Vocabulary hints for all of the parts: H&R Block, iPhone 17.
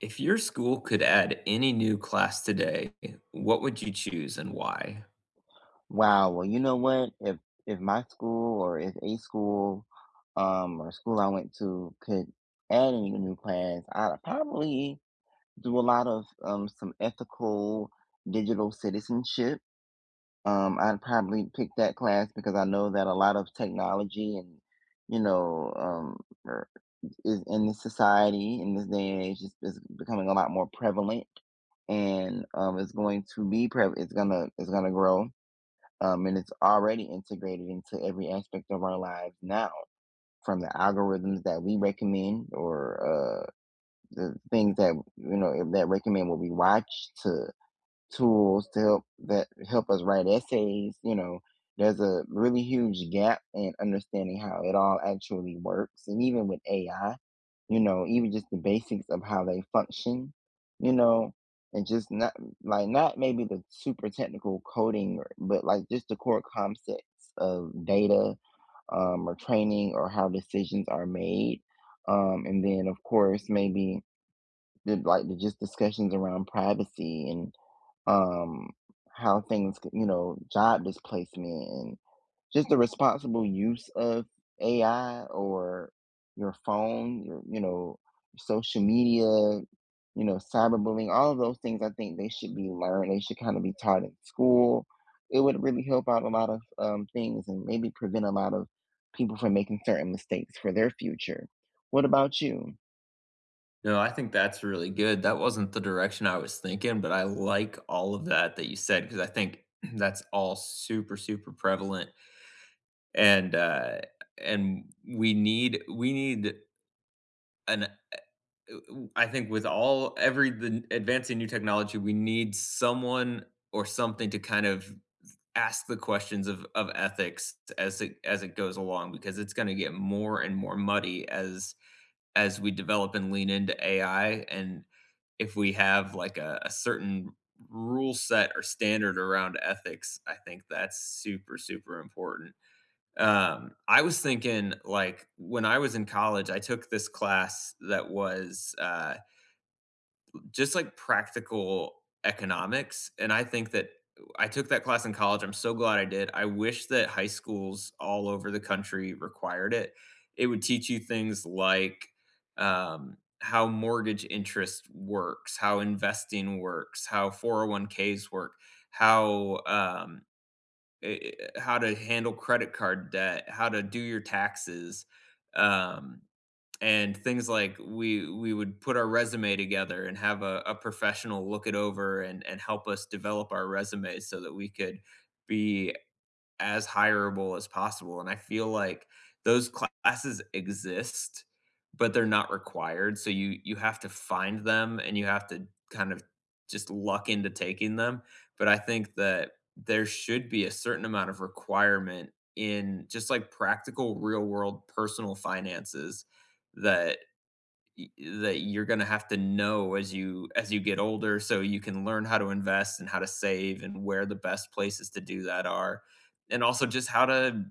If your school could add any new class today, what would you choose and why? Wow. Well, you know what? If my school or if a school, or school I went to could add any new class, I'd probably do a lot of some ethical digital citizenship. I'd probably pick that class because I know that a lot of technology and you know um er, is in this society in this day and age is becoming a lot more prevalent, and it's going to it's gonna grow, and it's already integrated into every aspect of our lives now, from the algorithms that we recommend, or the things that, you know, that recommend what we watch, to tools to help us write essays. You know, there's a really huge gap in understanding how it all actually works, and even with AI, you know, even just the basics of how they function, you know, and just not, like, not maybe the super technical coding, but like just the core concepts of data, or training, or how decisions are made. And then, of course, maybe like the just discussions around privacy and, um, how you know, job displacement, just the responsible use of AI, or your phone, your, you know, social media, you know, cyberbullying. All of those things, I think they should be learned. They should kind of be taught in school. It would really help out a lot of things and maybe prevent a lot of people from making certain mistakes for their future. What about you? No, I think that's really good. That wasn't the direction I was thinking, but I like all of that that you said because I think that's all super, super prevalent. And uh, and we need an. I think with all every the advancing new technology, we need someone or something to kind of ask the questions of ethics as it goes along because it's going to get more and more muddy as we develop and lean into AI, and if we have like a certain rule set or standard around ethics, I think that's super, super important. I was thinking, like when I was in college, I took this class that was just like practical economics, and I think that I took that class in college. I'm so glad I did. I wish that high schools all over the country required it. It would teach you things like, how mortgage interest works, how investing works, how 401ks work, how, how to handle credit card debt, how to do your taxes, um and things like we would put our resume together and have a professional look it over and help us develop our resume so that we could be as hireable as possible. And I feel like those classes exist, but they're not required, so you have to find them and you have to kind of just luck into taking them. But I think that there should be a certain amount of requirement in, just, like, practical real world personal finances that y- that you're going to have to know as you get older, so you can learn how to invest and how to save and where the best places to do that are. And also just how to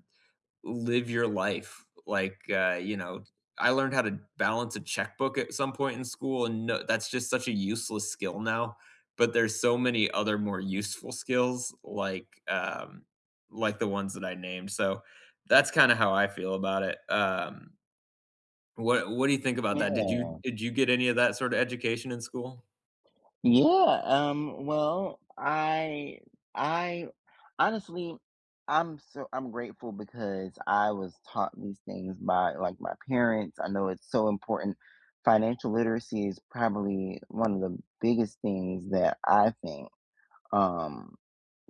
live your life like I learned how to balance a checkbook at some point in school, and no, that's just such a useless skill now. But there's so many other more useful skills like the ones that I named. So that's kind of how I feel about it. What do you think about Yeah. that? Did you get any of that sort of education in school? Yeah, well, I honestly, I'm grateful because I was taught these things by, like, my parents. I know it's so important. Financial literacy is probably one of the biggest things that I think, um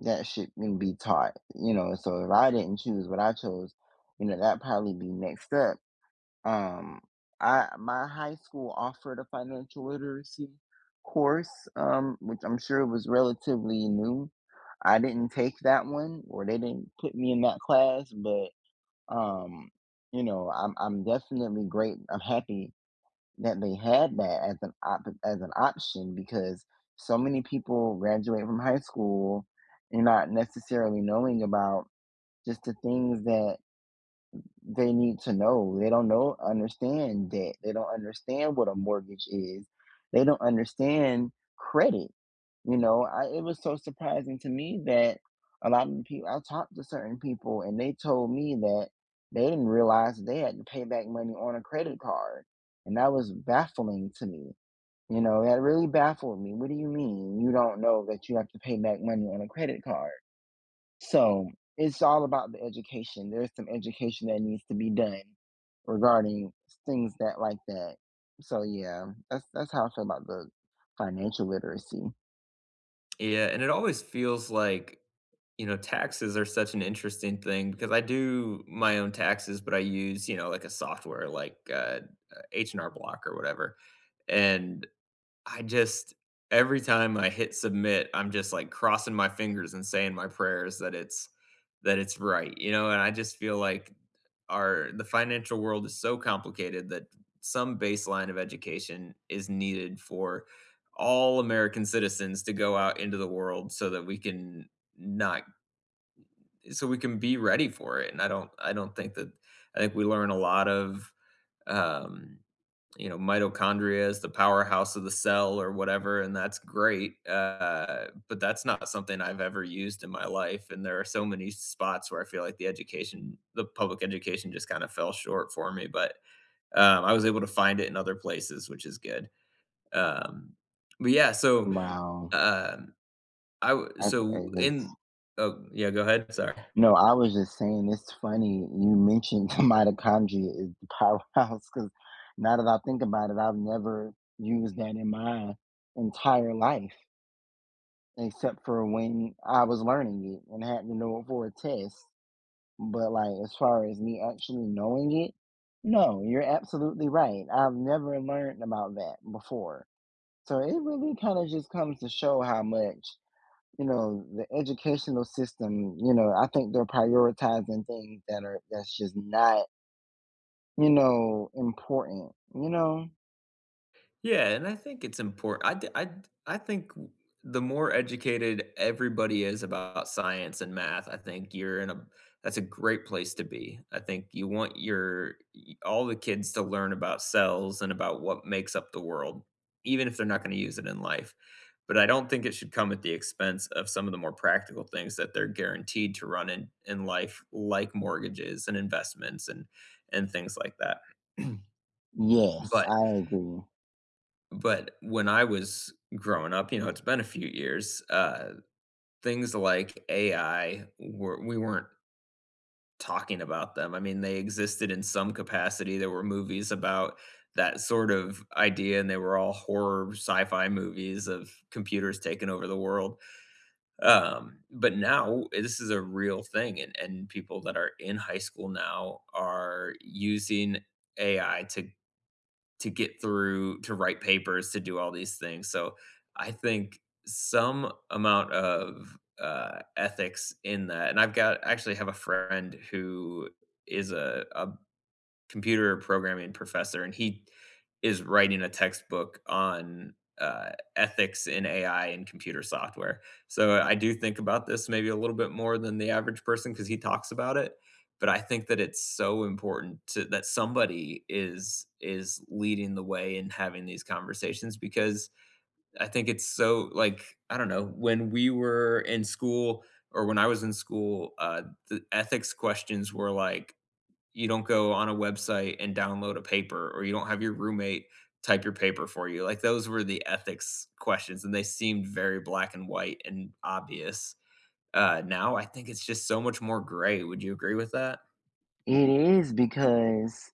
that should be taught, you know. So if I didn't choose what I chose, you know, that'd probably be next up. um, I, my high school offered a financial literacy course, which I'm sure was relatively new. I didn't take that one, or they didn't put me in that class, but, um, you know, I'm definitely great. I'm happy that they had that as an as an option, because so many people graduate from high school and not necessarily knowing about just the things that they need to know. They don't know understand debt. They don't understand what a mortgage is. They don't understand credit. You know, I, it was so surprising to me that a lot of the people I talked to, certain people, and they told me that they didn't realize they had to pay back money on a credit card. And that was baffling to me. You know, that really baffled me. What do you mean you don't know that you have to pay back money on a credit card? So it's all about the education. There's some education that needs to be done regarding things that like that. So yeah, that's how I feel about the financial literacy. Yeah, and it always feels like, you know, taxes are such an interesting thing because I do my own taxes, but I use, you know, like a software like, H&R Block or whatever. And I just every time I hit submit, I'm just, like, crossing my fingers and saying my prayers that it's right, you know. And I just feel like are the financial world is so complicated that some baseline of education is needed for all American citizens to go out into the world so that we can not, so we can be ready for it. And I don't think that I think we learn a lot of um you know, mitochondria is the powerhouse of the cell or whatever, and that's great. But that's not something I've ever used in my life. And there are so many spots where I feel like the education, the public education just kind of fell short for me. But I was able to find it in other places, which is good. Um, but yeah, so Mm. Wow. um, I, w- I, so I just, in, oh, yeah, go ahead. Sorry. no, I was just saying it's funny you mentioned mitochondria is the powerhouse, because now that I think about it, I've never used that in my entire life, except for when I was learning it and had to know it for a test. But, like, as far as me actually knowing it, no, you're absolutely right. I've never learned about that before. So it really kind of just comes to show how much, you know, the educational system, you know, I think they're prioritizing things that are that's just not, you know, important, you know? Yeah, and I think it's important. I think the more educated everybody is about science and math, I think you're in a that's a great place to be. I think you want your all the kids to learn about cells and about what makes up the world, even if they're not going to use it in life. But I don't think it should come at the expense of some of the more practical things that they're guaranteed to run in life, like mortgages and investments and things like that. Yes, but I agree. but when I was growing up, you know, it's been a few years, things like AI were we weren't talking about them. I mean, they existed in some capacity. There were movies about that sort of idea, and they were all horror sci-fi movies of computers taking over the world. But now this is a real thing, and people that are in high school now are using AI to get through, to write papers, to do all these things. So I think some amount of ethics in that. And I've got actually have a friend who is a computer programming professor, and he is writing a textbook on, ethics in AI and computer software. So, I do think about this maybe a little bit more than the average person because he talks about it. But I think that it's so important to that somebody is leading the way in having these conversations because I think it's so like, I don't know, when we were in school or when I was in school, the ethics questions were like, you don't go on a website and download a paper, or you don't have your roommate type your paper for you. Like, those were the ethics questions, and they seemed very black and white and obvious. Now I think it's just so much more gray. Would you agree with that? It is, because,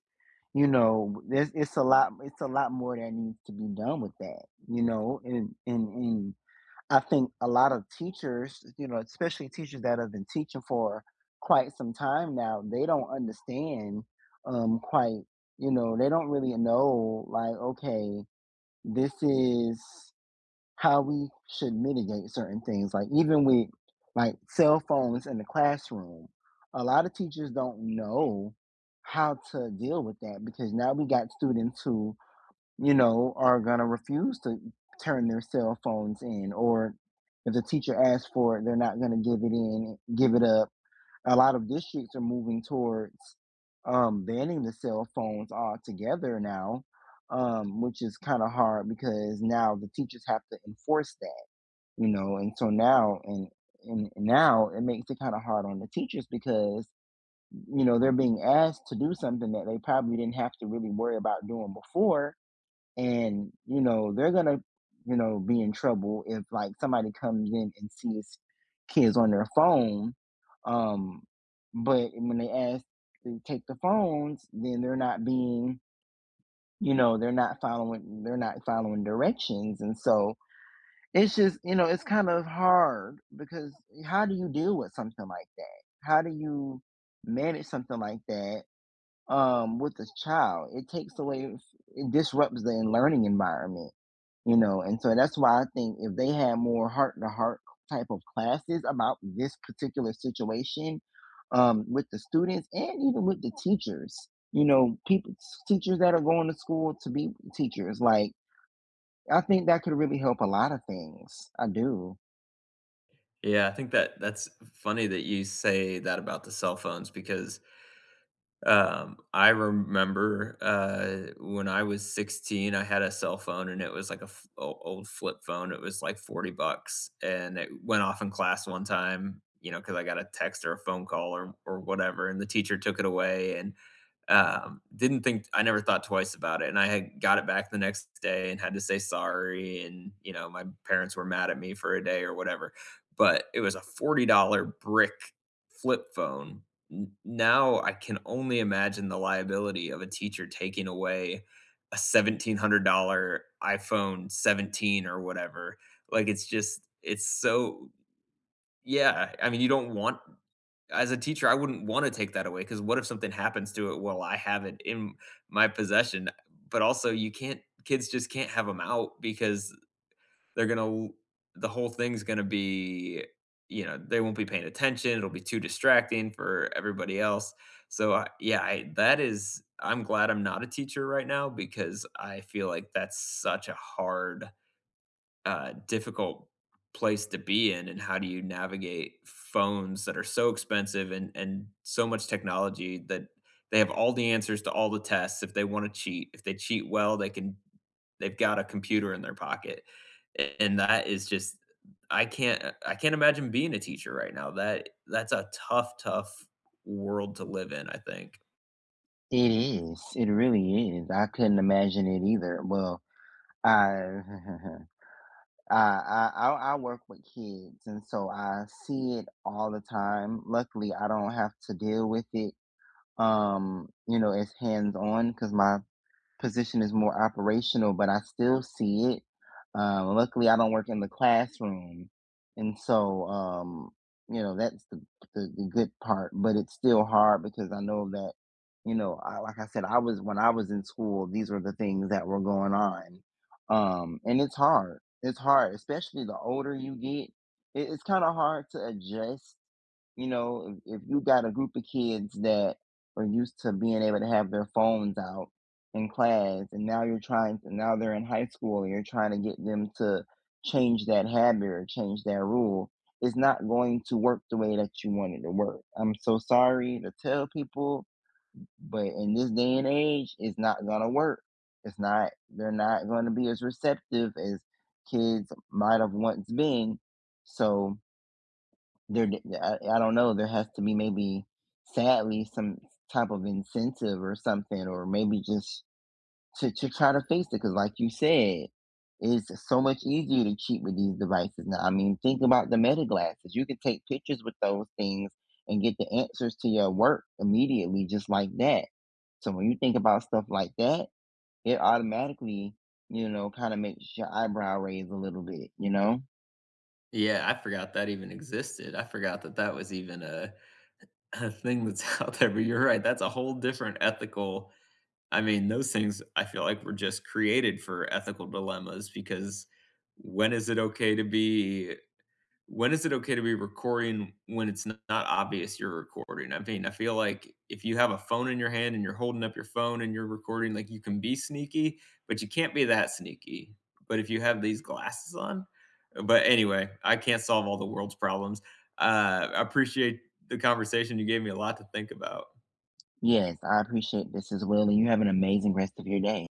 you know, there's, it's a lot more that needs to be done with that, you know, and and I think a lot of teachers, you know, especially teachers that have been teaching for quite some time now, they don't understand, quite, you know, they don't really know, like, okay, this is how we should mitigate certain things. Like even with, like, cell phones in the classroom, a lot of teachers don't know how to deal with that, because now we got students who, you know, are gonna refuse to turn their cell phones in, or if the teacher asks for it, they're not gonna give it in, give it up. A lot of districts are moving towards, banning the cell phones altogether now, which is kind of hard because now the teachers have to enforce that, you know, and so now, and now it makes it kind of hard on the teachers, because, you know, they're being asked to do something that they probably didn't have to really worry about doing before, and, you know, they're gonna, you know, be in trouble if, like, somebody comes in and sees kids on their phone. um but when they ask to take the phones, then they're not being, you know, they're not following, they're not following directions, and so it's just, you know, it's kind of hard, because how do you deal with something like that? How do you manage something like that, with the child? It takes away, it disrupts the learning environment, you know. And so that's why I think if they had more heart to heart type of classes about this particular situation, with the students and even with the teachers, you know, people, teachers that are going to school to be teachers, like, I think that could really help a lot of things. I do. Yeah, I think that that's funny that you say that about the cell phones because I remember, when I was 16, I had a cell phone and it was like a f o old flip phone. It was like 40 bucks and it went off in class one time, you know, because I got a text or a phone call or whatever, and the teacher took it away and didn't think I never thought twice about it, and I had got it back the next day and had to say sorry. And, you know, my parents were mad at me for a day or whatever, but it was a $40 brick flip phone. N Now I can only imagine the liability of a teacher taking away a $1,700 iPhone 17 or whatever. Like, it's just it's so, yeah, I mean, you don't want as a teacher, I wouldn't wanna take that away because what if something happens to it while I have it in my possession? But also you can't kids just can't have them out because they're gonna the whole thing's gonna be you know, they won't be paying attention, it'll be too distracting for everybody else. So, I yeah, I that is I'm glad I'm not a teacher right now because I feel like that's such a hard difficult place to be in. And how do you navigate phones that are so expensive and so much technology that they have all the answers to all the tests? If they want to cheat, if they cheat well they can, they've got a computer in their pocket. And that is just I can't I can't imagine being a teacher right now. That that's a tough, tough world to live in, I think. It is. It really is. I couldn't imagine it either. Well, I, I work with kids, and so I see it all the time. Luckily, I don't have to deal with it, you know, as hands on, because my position is more operational, but I still see it. Luckily, I don't work in the classroom, and so, you know, the good part. But it's still hard because I know that, you know, like I said, I was, when I was in school, these were the things that were going on, and it's hard. It's hard, especially the older you get. It's kind of hard to adjust. You know, if you got a group of kids that are used to being able to have their phones out in class, and now you're trying to, now they're in high school and you're trying to get them to change that habit or change that rule, it's not going to work the way that you want it to work. I'm so sorry to tell people, but in this day and age, it's not going to work. It's not, they're not going to be as receptive as kids might have once been. So there, I don't know, there has to be maybe, sadly, some type of incentive or something, or maybe just to try to face it, because like you said, it's so much easier to cheat with these devices now. I mean, think about the Meta glasses. You can take pictures with those things and get the answers to your work immediately, just like that. So when you think about stuff like that, it automatically, you know, kind of makes your eyebrow raise a little bit, you know? Yeah, I forgot that even existed. I forgot that that was even a a thing that's out there. But you're right, that's a whole different ethical, I mean, those things I feel like were just created for ethical dilemmas because when is it okay to be when is it okay to be recording when it's not obvious you're recording? I mean, I feel like if you have a phone in your hand and you're holding up your phone and you're recording, like you can be sneaky, but you can't be that sneaky. But if you have these glasses on, but anyway, I can't solve all the world's problems. I appreciate the conversation. You gave me a lot to think about. Yes, I appreciate this as well, and you have an amazing rest of your day.